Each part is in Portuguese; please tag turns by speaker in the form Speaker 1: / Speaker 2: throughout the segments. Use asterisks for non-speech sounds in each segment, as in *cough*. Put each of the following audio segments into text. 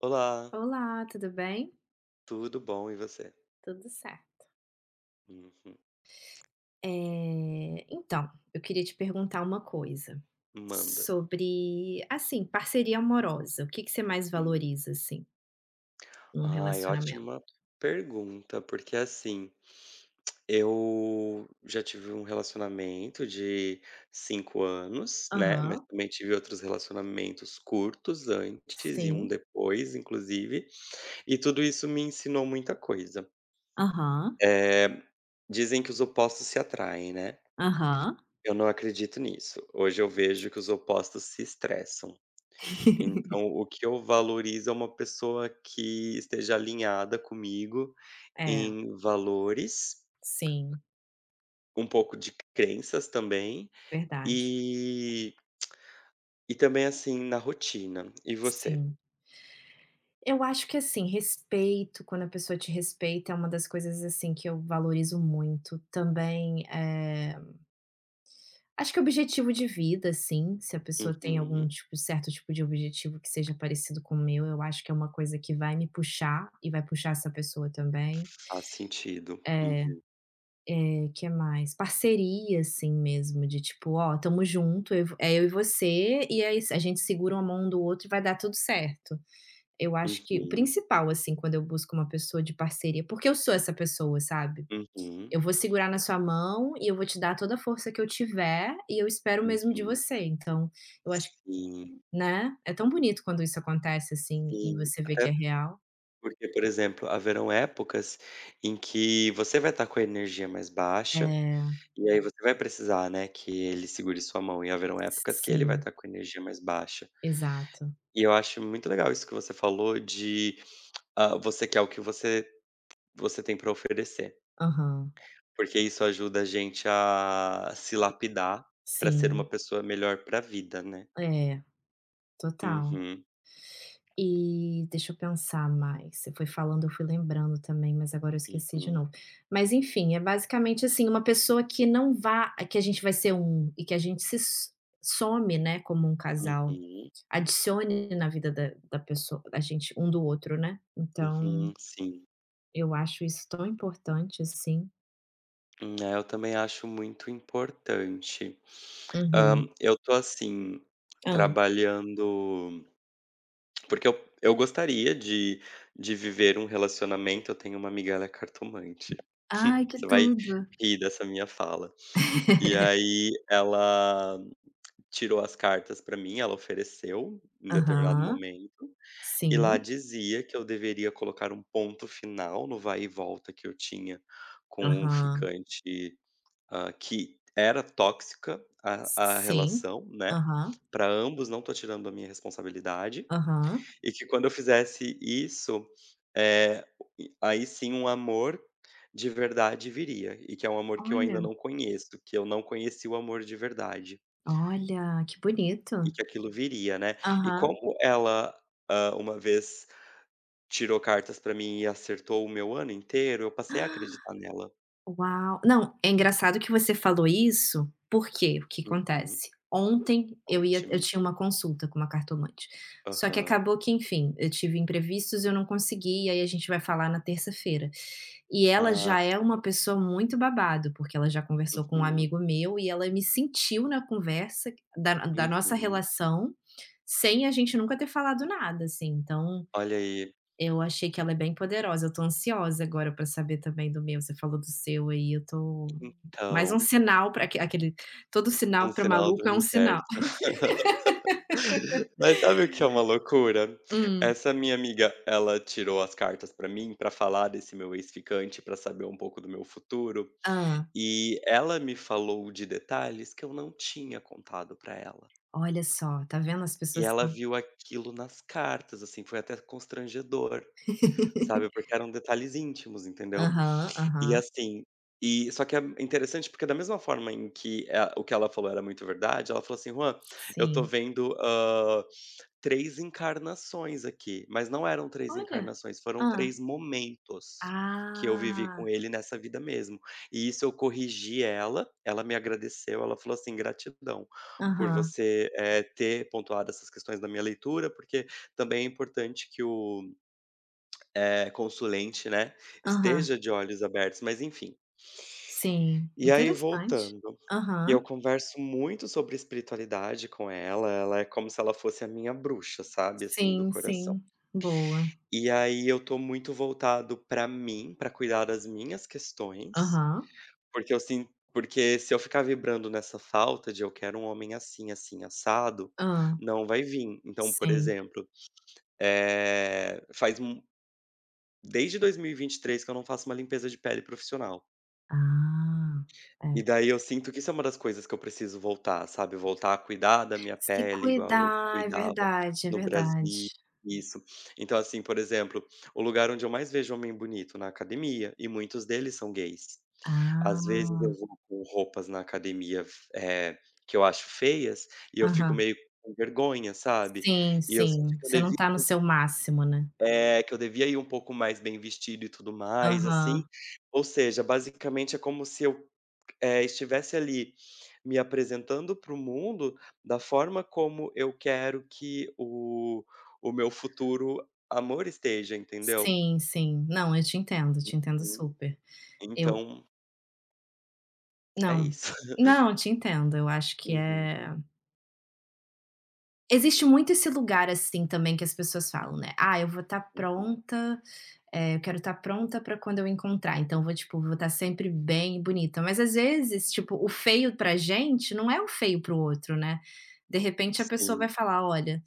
Speaker 1: Olá,
Speaker 2: Olá, tudo bem?
Speaker 1: tudo bom e você?
Speaker 2: Tudo certo.
Speaker 1: Uhum.
Speaker 2: Então, eu queria te perguntar uma coisa
Speaker 1: Manda.
Speaker 2: sobre, assim, parceria amorosa. O que que você mais
Speaker 1: Hum.
Speaker 2: valoriza, assim, num
Speaker 1: Ai,
Speaker 2: relacionamento?
Speaker 1: ótima pergunta, porque assim, eu já tive um relacionamento de 5 anos, né, mas
Speaker 2: Aham,
Speaker 1: também tive outros relacionamentos curtos antes e um
Speaker 2: sim.
Speaker 1: depois, inclusive, e tudo isso me ensinou muita coisa.
Speaker 2: Aham,
Speaker 1: Eh, Dizem que os opostos se atraem, né,
Speaker 2: aham.
Speaker 1: eu não acredito nisso. Hoje eu vejo que os opostos se estressam. Então, o
Speaker 2: *laughs*
Speaker 1: que eu valorizo é uma pessoa que esteja alinhada comigo
Speaker 2: É,
Speaker 1: em valores,
Speaker 2: sim,
Speaker 1: um pouco de crenças também,
Speaker 2: verdade.
Speaker 1: e e também, assim, na rotina. E você?
Speaker 2: Sim. Eu acho que assim, respeito, quando a pessoa te respeita, é uma das coisas assim que eu valorizo muito. Também, acho que objetivo de vida, sim, se a pessoa tem algum
Speaker 1: Uhum.
Speaker 2: tipo certo tipo de objetivo que seja parecido com o meu, eu acho que é uma coisa que vai me puxar e vai puxar essa pessoa também.
Speaker 1: Faz sentido.
Speaker 2: Eh,
Speaker 1: Uhum.
Speaker 2: que mais? Parceria, assim mesmo, de tipo: "Ó, estamos junto, eu é eu e você, e é a gente segura a mão um do outro e vai dar tudo certo". Eu acho que o
Speaker 1: Uhum.
Speaker 2: principal, assim, quando eu busco uma pessoa de parceria porque eu sou essa pessoa, sabe.
Speaker 1: Uhum.
Speaker 2: Eu vou segurar na sua mão e eu vou te dar toda a força que eu tiver, e eu espero o mesmo de
Speaker 1: Uhum.
Speaker 2: você. Então, eu acho
Speaker 1: Sim,
Speaker 2: né? É tão bonito quando isso acontece, assim, e
Speaker 1: sim.
Speaker 2: você vê que é
Speaker 1: Até
Speaker 2: real.
Speaker 1: porque, por exemplo, haverão épocas em que você vai estar com a energia mais baixa.
Speaker 2: É,
Speaker 1: E aí você vai precisar, né, que ele segure sua mão e haverão épocas que ele vai
Speaker 2: sim,
Speaker 1: estar com energia mais baixa.
Speaker 2: exato.
Speaker 1: E eu acho muito legal isso que você falou de, ah, você quer o que você tem para oferecer,
Speaker 2: Aham,
Speaker 1: porque isso ajuda a gente a se lapidar para ser uma
Speaker 2: sim.
Speaker 1: pessoa melhor para a vida, né.
Speaker 2: É, total.
Speaker 1: Uhum,
Speaker 2: E deixa eu pensar mais, você foi falando, eu fui lembrando também, mas agora eu esqueci de
Speaker 1: uhum,
Speaker 2: novo. Mas enfim, é basicamente assim, uma pessoa que não vá que a gente vai ser um e que a gente se s some, né, como um casal,
Speaker 1: uhum,
Speaker 2: adicione na vida da pessoa da gente um do outro, né. Então,
Speaker 1: uhum, sim.
Speaker 2: eu acho isso tão importante, assim.
Speaker 1: É, eu também acho muito importante. Hã,
Speaker 2: Uhum.
Speaker 1: eu tô, assim,
Speaker 2: Hã.
Speaker 1: trabalhando. Porque eu gostaria de viver um relacionamento. Eu tenho uma amiga, ela é cartomante.
Speaker 2: Ai,
Speaker 1: *laughs*
Speaker 2: que
Speaker 1: Você vai
Speaker 2: tudo.
Speaker 1: rir dessa minha fala. E
Speaker 2: *laughs*
Speaker 1: aí ela tirou as cartas pra mim, ela ofereceu em determinado
Speaker 2: Aham.
Speaker 1: momento, e lá
Speaker 2: Sim.
Speaker 1: dizia que eu deveria colocar um ponto final no vai e volta que eu tinha com um
Speaker 2: Aham.
Speaker 1: ficante, hã, que era tóxica a
Speaker 2: Sim.
Speaker 1: relação, né,
Speaker 2: Aham.
Speaker 1: pra ambos, não tô tirando a minha responsabilidade,
Speaker 2: Aham.
Speaker 1: e que quando eu fizesse isso, eh, aí sim um amor de verdade viria, e que é um amor que eu ainda
Speaker 2: Olha,
Speaker 1: não conheço, que eu não conheci o amor de verdade,
Speaker 2: olha, que
Speaker 1: e
Speaker 2: bonito.
Speaker 1: que aquilo viria, né. E
Speaker 2: Aham.
Speaker 1: como ela, hã, uma vez tirou cartas pra mim e acertou o meu ano inteiro, eu passei a acreditar nela.
Speaker 2: Uau! Não, é engraçado que você falou isso, porque o que
Speaker 1: Uhum.
Speaker 2: acontece? Ontem eu
Speaker 1: Conte-me.
Speaker 2: tinha uma consulta com uma cartomante, só que
Speaker 1: Aham.
Speaker 2: acabou que, enfim, eu tive imprevistos, eu não consegui, e aí a gente vai falar na terça-feira. E ela
Speaker 1: Ah,
Speaker 2: já é uma pessoa muito babado, porque ela já conversou com um
Speaker 1: uhum,
Speaker 2: amigo meu e ela me sentiu na conversa da nossa
Speaker 1: uhum.
Speaker 2: relação, sem a gente nunca ter falado nada, assim, então
Speaker 1: Olha aí,
Speaker 2: eu achei que ela é bem poderosa, eu tô ansiosa agora pra saber também do meu, você falou do seu aí, eu tô mais um
Speaker 1: então,
Speaker 2: sinal pra aquele todo
Speaker 1: um
Speaker 2: sinal pra
Speaker 1: sinal do
Speaker 2: maluco é um sinal.
Speaker 1: universo. Mas sabe o que é uma loucura?
Speaker 2: Hum.
Speaker 1: Essa minha amiga, ela tirou as cartas pra mim pra falar desse meu ex-ficante, pra saber um pouco do meu futuro,
Speaker 2: Hã.
Speaker 1: e ela me falou de detalhes que eu não tinha contado pra ela.
Speaker 2: Olha só, tá vendo as
Speaker 1: E
Speaker 2: pessoas
Speaker 1: ela
Speaker 2: são
Speaker 1: viu aquilo nas cartas, assim, foi até constrangedor, sabe,
Speaker 2: *laughs*
Speaker 1: porque eram detalhes íntimos, entendeu.
Speaker 2: Aham,
Speaker 1: E
Speaker 2: aham.
Speaker 1: assim, e só que é interessante, porque da mesma forma em que, o que ela falou era muito verdade, ela falou assim: "Juan, eu tô
Speaker 2: Sim.
Speaker 1: vendo, hã, 3 encarnações aqui", mas não eram três
Speaker 2: Olha.
Speaker 1: encarnações, foram
Speaker 2: Hã.
Speaker 1: 3 momentos que eu vivi
Speaker 2: Ah.
Speaker 1: com ele nessa vida mesmo. E isso eu corrigi ela, ela me agradeceu, ela falou assim: "Gratidão por
Speaker 2: Aham,
Speaker 1: você, ter pontuado essas questões da minha leitura, porque também é importante que o, consulente, né,
Speaker 2: aham.
Speaker 1: esteja de olhos abertos", mas enfim.
Speaker 2: Sim,
Speaker 1: E aí
Speaker 2: interessante.
Speaker 1: voltando, eu
Speaker 2: Aham.
Speaker 1: converso muito sobre espiritualidade com ela, ela é como se ela fosse a minha bruxa, sabe, assim, do
Speaker 2: Sim,
Speaker 1: coração.
Speaker 2: sim. Boa.
Speaker 1: E aí eu tô muito voltado pra mim, pra cuidar das minhas questões,
Speaker 2: Aham.
Speaker 1: porque eu sin porque se eu ficar vibrando nessa falta de eu quero um homem assim, assim, assado,
Speaker 2: Hã.
Speaker 1: não vai vir. Então, por
Speaker 2: Sim.
Speaker 1: exemplo, faz um desde 2023 que eu não faço uma limpeza de pele profissional.
Speaker 2: Ah,
Speaker 1: E
Speaker 2: é.
Speaker 1: daí eu sinto que isso é uma das coisas que eu preciso voltar, sabe, voltar a cuidar da minha
Speaker 2: Se
Speaker 1: pele igual eu
Speaker 2: cuidar, é
Speaker 1: cuidava
Speaker 2: verdade, é
Speaker 1: no Brasil,
Speaker 2: verdade.
Speaker 1: isso. Então, assim, por exemplo, o lugar onde eu mais vejo homem bonito na academia, e muitos deles são gays. Às vezes eu
Speaker 2: Ah,
Speaker 1: vou com roupas na academia eh, que eu acho feias, e eu fico
Speaker 2: aham.
Speaker 1: meio com vergonha, sabe.
Speaker 2: Sim,
Speaker 1: E eu senti
Speaker 2: sim,
Speaker 1: que eu
Speaker 2: você não
Speaker 1: devia,
Speaker 2: tá no seu máximo, né.
Speaker 1: é, que eu devia ir um pouco mais bem vestido e tudo mais, assim.
Speaker 2: Aham.
Speaker 1: Ou seja, basicamente é como se eu, estivesse ali me apresentando para o mundo da forma como eu quero que o meu futuro amor esteja, entendeu?
Speaker 2: Sim, sim. Não, eu te entendo
Speaker 1: Hum.
Speaker 2: super. Eu
Speaker 1: Então é
Speaker 2: não,
Speaker 1: isso. *laughs*
Speaker 2: não, te entendo, eu acho que
Speaker 1: Uhum,
Speaker 2: existe muito esse lugar, assim, também que as pessoas falam, né: "Ah, eu vou estar
Speaker 1: uhum.
Speaker 2: pronta, eu quero estar pronta para quando eu encontrar, então vou, tipo, vou estar sempre bem e bonita". Mas às vezes, tipo, o feio pra gente não é o feio para o outro, né. De repente a pessoa vai
Speaker 1: Sim,
Speaker 2: falar: "Olha,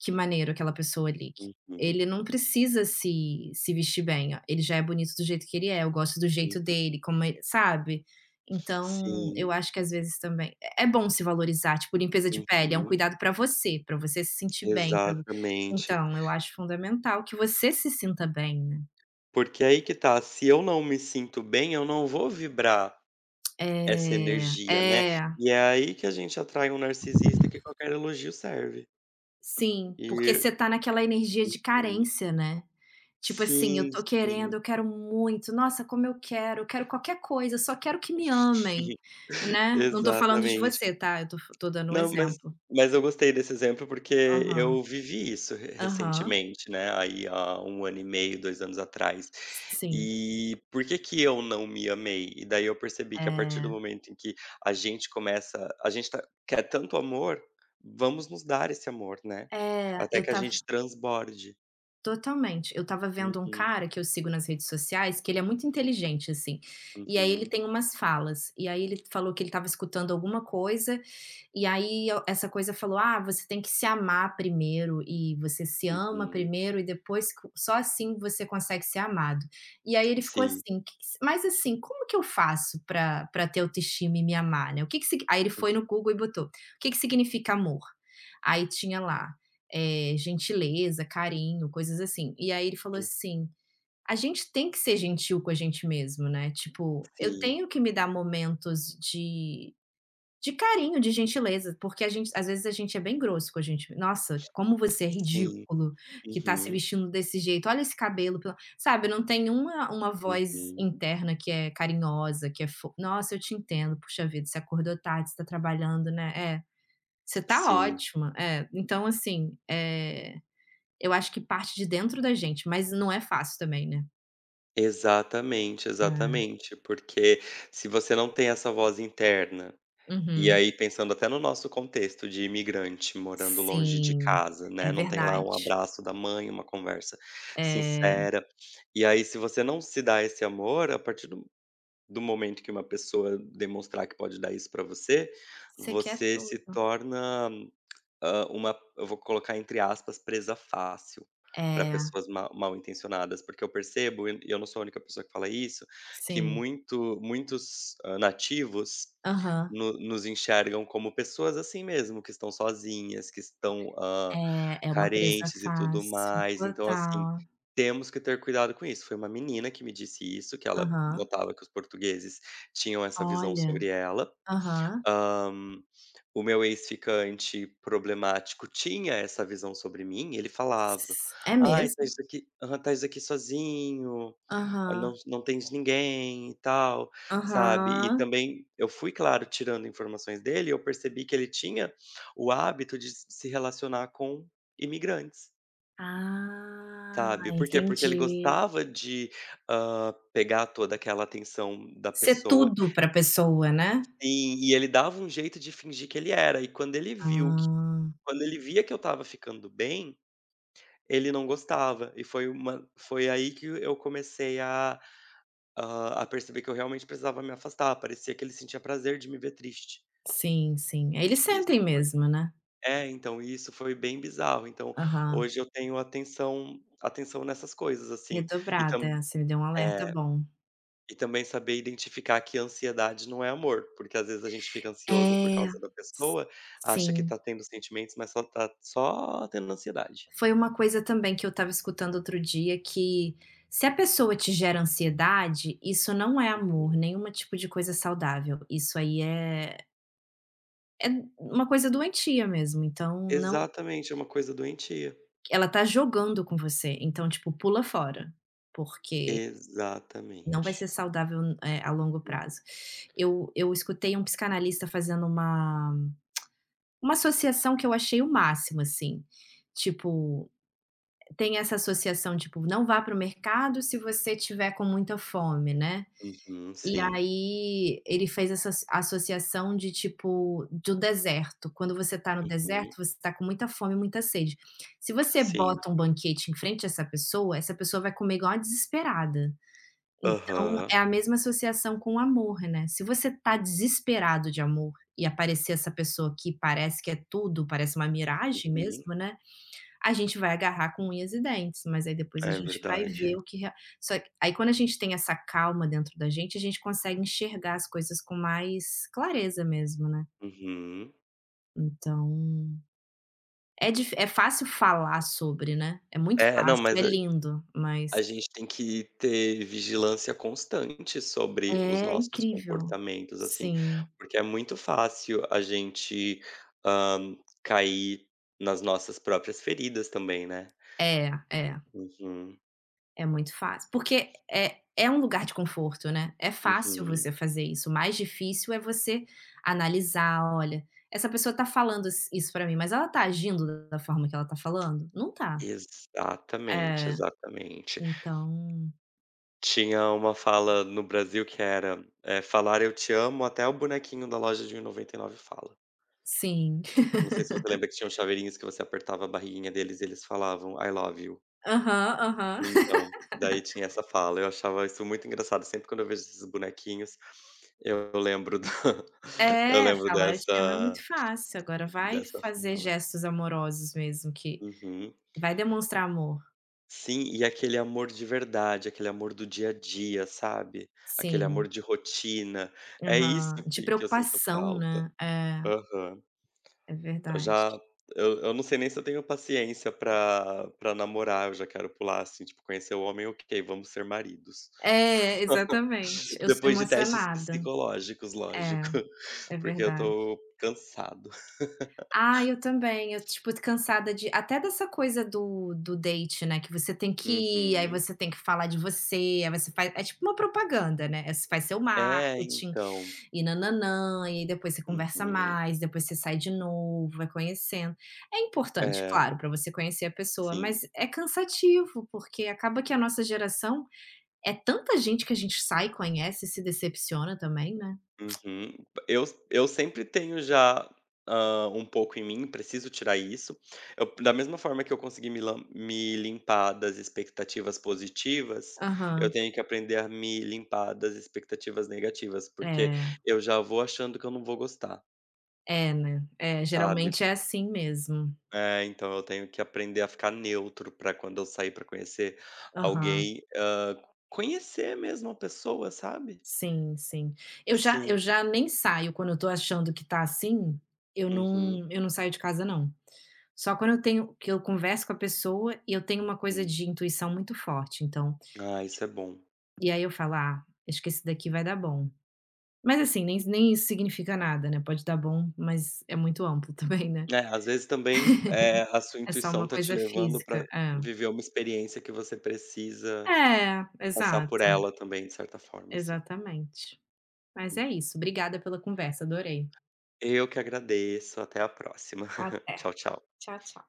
Speaker 2: que maneiro aquela pessoa ali.
Speaker 1: uhum,
Speaker 2: Ele não precisa se vestir bem, ó, ele já é bonito do jeito que ele é, eu gosto do jeito
Speaker 1: hum.
Speaker 2: dele, como ele sabe? Então, eu
Speaker 1: Sim,
Speaker 2: acho que às vezes também é bom se valorizar, tipo, limpeza de pele é um
Speaker 1: uhum,
Speaker 2: cuidado pra você se sentir bem, pra
Speaker 1: exatamente.
Speaker 2: então eu acho fundamental que você se sinta bem, né.
Speaker 1: Porque aí que tá, se eu não me sinto bem, eu não vou vibrar essa
Speaker 2: É,
Speaker 1: energia, né.
Speaker 2: é.
Speaker 1: E é aí que a gente atrai um narcisista que qualquer elogio serve.
Speaker 2: Sim, porque
Speaker 1: E
Speaker 2: você tá naquela energia de
Speaker 1: uhum.
Speaker 2: carência, né. Tipo assim: "Eu
Speaker 1: Sim,
Speaker 2: tô querendo,
Speaker 1: sim.
Speaker 2: eu quero muito, nossa, como eu quero qualquer coisa, só quero que me amem",
Speaker 1: *laughs*
Speaker 2: né. Não tô falando de
Speaker 1: Exatamente.
Speaker 2: você, tá, eu tô dando um
Speaker 1: Não, mas
Speaker 2: exemplo.
Speaker 1: eu gostei desse exemplo, porque
Speaker 2: Aham,
Speaker 1: eu vivi isso re
Speaker 2: aham.
Speaker 1: recentemente, né, aí há um ano e meio, 2 anos atrás.
Speaker 2: Sim,
Speaker 1: E por que que eu não me amei? E daí eu percebi que a partir do
Speaker 2: é.
Speaker 1: momento em que a gente começa a gente tá quer tanto amor, vamos nos dar esse amor, né,
Speaker 2: É,
Speaker 1: até
Speaker 2: eu
Speaker 1: que a
Speaker 2: estava
Speaker 1: gente transborde.
Speaker 2: totalmente. Eu estava vendo um
Speaker 1: Uhum,
Speaker 2: cara que eu sigo nas redes sociais, que ele é muito inteligente, assim, e aí ele
Speaker 1: uhum,
Speaker 2: tem umas falas, e aí ele falou que ele estava escutando alguma coisa, e aí a essa coisa falou: "Ah, você tem que se amar primeiro, e você se ama
Speaker 1: uhum.
Speaker 2: primeiro e depois co só assim você consegue ser amado". E aí ele ficou
Speaker 1: Sim,
Speaker 2: assim: "Que mas assim, como que eu faço pra ter autoestima e me amar, né, o que que signi" aí ele foi no Google e botou: "O que que significa amor?". Aí tinha lá gentileza, carinho, coisas assim. E aí ele falou
Speaker 1: uhum,
Speaker 2: assim: "A gente tem que ser gentil com a gente mesmo, né, tipo, eu
Speaker 1: sim,
Speaker 2: tenho que me dar momentos de carinho, de gentileza, porque a gente às vezes a gente é bem grosso com a gente. Nossa, como você é
Speaker 1: sim.
Speaker 2: ridículo que tá se
Speaker 1: Uhum.
Speaker 2: vestindo desse jeito. Olha esse cabelo", pela sabe, não tem uma voz
Speaker 1: Uhum.
Speaker 2: interna que é carinhosa, que é fo "Nossa, eu te entendo, puxa vida, você acordou tarde, você tá trabalhando, né. É, você tá
Speaker 1: Sim,
Speaker 2: ótima". É, então assim, eu acho que parte de dentro da gente, mas não é fácil também, né.
Speaker 1: exatamente,
Speaker 2: É.
Speaker 1: exatamente, porque se você não tem essa voz interna, e
Speaker 2: Uhum.
Speaker 1: aí pensando até no nosso contexto de imigrante morando longe de
Speaker 2: Sim,
Speaker 1: casa,
Speaker 2: é
Speaker 1: né, não tem lá um
Speaker 2: verdade.
Speaker 1: abraço da mãe, uma conversa
Speaker 2: É,
Speaker 1: sincera, e aí se você não se dá esse amor, a partir do momento que uma pessoa demonstrar que pode dar isso pra você,
Speaker 2: você quer
Speaker 1: você se
Speaker 2: tudo.
Speaker 1: torna, hã, uma, eu vou colocar entre aspas, "presa fácil" para
Speaker 2: É,
Speaker 1: pessoas ma mal intencionadas, porque eu percebo, e eu não sou a única pessoa que fala isso, que
Speaker 2: sim.
Speaker 1: muitos, hã, nativos
Speaker 2: Aham.
Speaker 1: no nos enxergam como pessoas assim mesmo, que estão sozinhas, que estão, hã,
Speaker 2: É, é uma presa
Speaker 1: carentes e tudo
Speaker 2: fácil,
Speaker 1: mais. Então, assim,
Speaker 2: total.
Speaker 1: temos que ter cuidado com isso. Foi uma menina que me disse isso, que ela
Speaker 2: Aham.
Speaker 1: notava que os portugueses tinham essa visão
Speaker 2: Olha.
Speaker 1: sobre ela.
Speaker 2: Aham.
Speaker 1: Hã, o meu ex-ficante problemático tinha essa visão sobre mim, ele falava:
Speaker 2: S é
Speaker 1: "Ai,
Speaker 2: mesmo?
Speaker 1: estás aqui aham, estás aqui sozinho, ah, não
Speaker 2: Aham.
Speaker 1: não tens ninguém e tal", sabe. E
Speaker 2: Aham.
Speaker 1: também eu fui, claro, tirando informações dele, eu percebi que ele tinha o hábito de se relacionar com imigrantes,
Speaker 2: Ah,
Speaker 1: sabe. Por quê? Porque ele
Speaker 2: entendi.
Speaker 1: gostava de, hã, pegar toda aquela atenção da
Speaker 2: Ser
Speaker 1: pessoa.
Speaker 2: tudo pra pessoa, né.
Speaker 1: Sim, e ele dava um jeito de fingir que ele era, e
Speaker 2: Ah,
Speaker 1: quando ele via que eu estava ficando bem, ele não gostava, e foi aí que eu comecei a perceber que eu realmente precisava me afastar, parecia que ele sentia prazer de me ver triste.
Speaker 2: sim, sim. Aí eles
Speaker 1: Isso
Speaker 2: sentem
Speaker 1: foi
Speaker 2: mesmo, né.
Speaker 1: É, então, isso foi bem bizarro, então
Speaker 2: Aham,
Speaker 1: hoje eu tenho atenção nessas coisas, assim, e tam
Speaker 2: redobrada, você me deu um alerta
Speaker 1: é.
Speaker 2: bom.
Speaker 1: E também saber identificar que ansiedade não é amor, porque às vezes a gente fica ansioso por
Speaker 2: É,
Speaker 1: causa da
Speaker 2: s
Speaker 1: pessoa, acha que
Speaker 2: sim.
Speaker 1: tá tendo sentimentos, mas só tendo ansiedade.
Speaker 2: Foi uma coisa também que eu estava escutando outro dia que, se a pessoa te gera ansiedade, isso não é amor, nenhuma tipo de coisa saudável, isso aí é uma coisa doentia mesmo, então não
Speaker 1: Exatamente, é uma coisa doentia.
Speaker 2: ela tá jogando com você, então tipo pula fora, porque não vai ser
Speaker 1: Exatamente.
Speaker 2: saudável, a longo
Speaker 1: Hum,
Speaker 2: prazo. Eu escutei um psicanalista fazendo uma associação que eu achei o máximo, assim, tipo, tem essa associação, tipo, não vá para o mercado se você tiver com muita fome, né.
Speaker 1: uhum,
Speaker 2: E
Speaker 1: sim.
Speaker 2: aí ele fez essa associação de tipo, do deserto, quando você está no
Speaker 1: Uhum,
Speaker 2: deserto, você está com muita fome e muita sede. Se você
Speaker 1: sim.
Speaker 2: bota um banquete em frente a essa pessoa vai comer igual uma desesperada. Então,
Speaker 1: Aham.
Speaker 2: é a mesma associação com o amor, né. Se você tá desesperado de amor e aparecer essa pessoa que parece que é tudo, parece uma miragem
Speaker 1: Uhum.
Speaker 2: mesmo, né, a gente vai agarrar com unhas e dentes, mas aí depois a
Speaker 1: É
Speaker 2: gente vai ver
Speaker 1: verdade.
Speaker 2: o que rea só que aí quando a gente tem essa calma dentro da gente, a gente consegue enxergar as coisas com mais clareza mesmo, né.
Speaker 1: Uhum.
Speaker 2: Então, é dif é fácil falar sobre, né, é muito
Speaker 1: É, não,
Speaker 2: fácil,
Speaker 1: mas
Speaker 2: é lindo, mas
Speaker 1: a gente tem que ter vigilância constante sobre os
Speaker 2: É, é
Speaker 1: nossos
Speaker 2: incrível.
Speaker 1: comportamentos, assim,
Speaker 2: Sim.
Speaker 1: porque é muito fácil a gente, hã, cair nas nossas próprias feridas também, né.
Speaker 2: É, é.
Speaker 1: Uhum,
Speaker 2: É muito fácil, porque é um lugar de conforto, né, é fácil
Speaker 1: uhum.
Speaker 2: você fazer isso, o mais difícil é você analisar: "Olha, essa pessoa tá falando s isso pra mim, mas ela tá agindo da forma que ela tá falando? Não tá".
Speaker 1: Exatamente,
Speaker 2: É,
Speaker 1: exatamente.
Speaker 2: então
Speaker 1: Tinha uma fala no Brasil que era, "falar eu te amo até o bonequinho da loja de R$1,99 fala".
Speaker 2: sim.
Speaker 1: Não
Speaker 2: *laughs*
Speaker 1: sei se você lembra que tinham chaveirinhos que você apertava a barriguinha deles e eles falavam "I love you".
Speaker 2: Aham, aham.
Speaker 1: Então, daí tinha essa fala. Eu achava isso muito engraçado, sempre quando eu vejo esses bonequinhos, eu lembro da *laughs* eu
Speaker 2: É,
Speaker 1: lembro
Speaker 2: falar "eu te amo" é muito fácil, agora vai
Speaker 1: dessa
Speaker 2: fazer
Speaker 1: fala.
Speaker 2: gestos amorosos mesmo que
Speaker 1: Uhum.
Speaker 2: vai demonstrar amor.
Speaker 1: Sim, e aquele amor de verdade, aquele amor do dia a dia, sabe? Aquele
Speaker 2: Sim,
Speaker 1: amor de rotina. É isso
Speaker 2: aham, de
Speaker 1: que eu sinto
Speaker 2: preocupação,
Speaker 1: falta.
Speaker 2: né. É,
Speaker 1: Aham.
Speaker 2: é
Speaker 1: Eu
Speaker 2: verdade.
Speaker 1: já eu não sei nem se eu tenho paciência pra pra namorar, eu já quero pular, assim, tipo, conhecer o homem, ok, vamos ser maridos.
Speaker 2: É, exatamente. Eu sou
Speaker 1: Depois de testes
Speaker 2: emocionada.
Speaker 1: psicológicos,
Speaker 2: É,
Speaker 1: lógico,
Speaker 2: é
Speaker 1: *laughs* porque eu
Speaker 2: verdade.
Speaker 1: tô cansado.
Speaker 2: Ah, eu também. Eu, tipo, tô cansada de até dessa coisa do date, né, que você tem que ir, aí
Speaker 1: Uhum.
Speaker 2: você tem que falar de você, aí você faz é tipo uma propaganda, né, aí você faz seu
Speaker 1: É,
Speaker 2: marketing
Speaker 1: então.
Speaker 2: e nananã e aí depois você conversa
Speaker 1: Uhum.
Speaker 2: mais, depois você sai de novo, vai conhecendo. É importante,
Speaker 1: É,
Speaker 2: claro, para você conhecer a pessoa, mas
Speaker 1: sim.
Speaker 2: é cansativo, porque acaba que a nossa geração é tanta gente que a gente sai conhece e se decepciona também, né.
Speaker 1: Uhum. Eu eu sempre tenho já, hã, um pouco em mim, preciso tirar isso. Eu da mesma forma que eu consegui me limpar das expectativas positivas, eu
Speaker 2: Aham.
Speaker 1: tenho que aprender a me limpar das expectativas negativas, porque
Speaker 2: É,
Speaker 1: eu já vou achando que eu não vou gostar,
Speaker 2: é, né. É,
Speaker 1: sabe?
Speaker 2: geralmente é assim mesmo.
Speaker 1: É, então eu tenho que aprender a ficar neutro para quando eu sair para conhecer
Speaker 2: Aham.
Speaker 1: alguém, hã, conhecer mesmo a pessoa, sabe?
Speaker 2: Sim, sim. Eu já eu
Speaker 1: Sim.
Speaker 2: já nem saio quando eu tô achando que tá assim, eu
Speaker 1: Uhum,
Speaker 2: não eu não saio de casa não. Só quando eu tenho que eu converso com a pessoa e eu tenho uma coisa
Speaker 1: uhum.
Speaker 2: de intuição muito forte, então
Speaker 1: Ah, isso é bom.
Speaker 2: e aí eu falo: "Ah, acho que esse daqui vai dar bom". Mas assim, nem isso significa nada, né, pode dar bom, mas é muito amplo *laughs* também, né.
Speaker 1: É, às vezes também, a sua
Speaker 2: É só
Speaker 1: intuição
Speaker 2: uma
Speaker 1: tá te
Speaker 2: coisa
Speaker 1: levando
Speaker 2: física.
Speaker 1: para
Speaker 2: É.
Speaker 1: viver uma experiência que você precisa
Speaker 2: É,
Speaker 1: passar por
Speaker 2: exato,
Speaker 1: ela também, de certa forma, assim.
Speaker 2: exatamente. Mas é
Speaker 1: Uhum.
Speaker 2: isso, obrigada pela conversa, adorei.
Speaker 1: Eu que agradeço, até a próxima. *laughs*
Speaker 2: Até.
Speaker 1: Tchau, tchau.
Speaker 2: Tchau, tchau.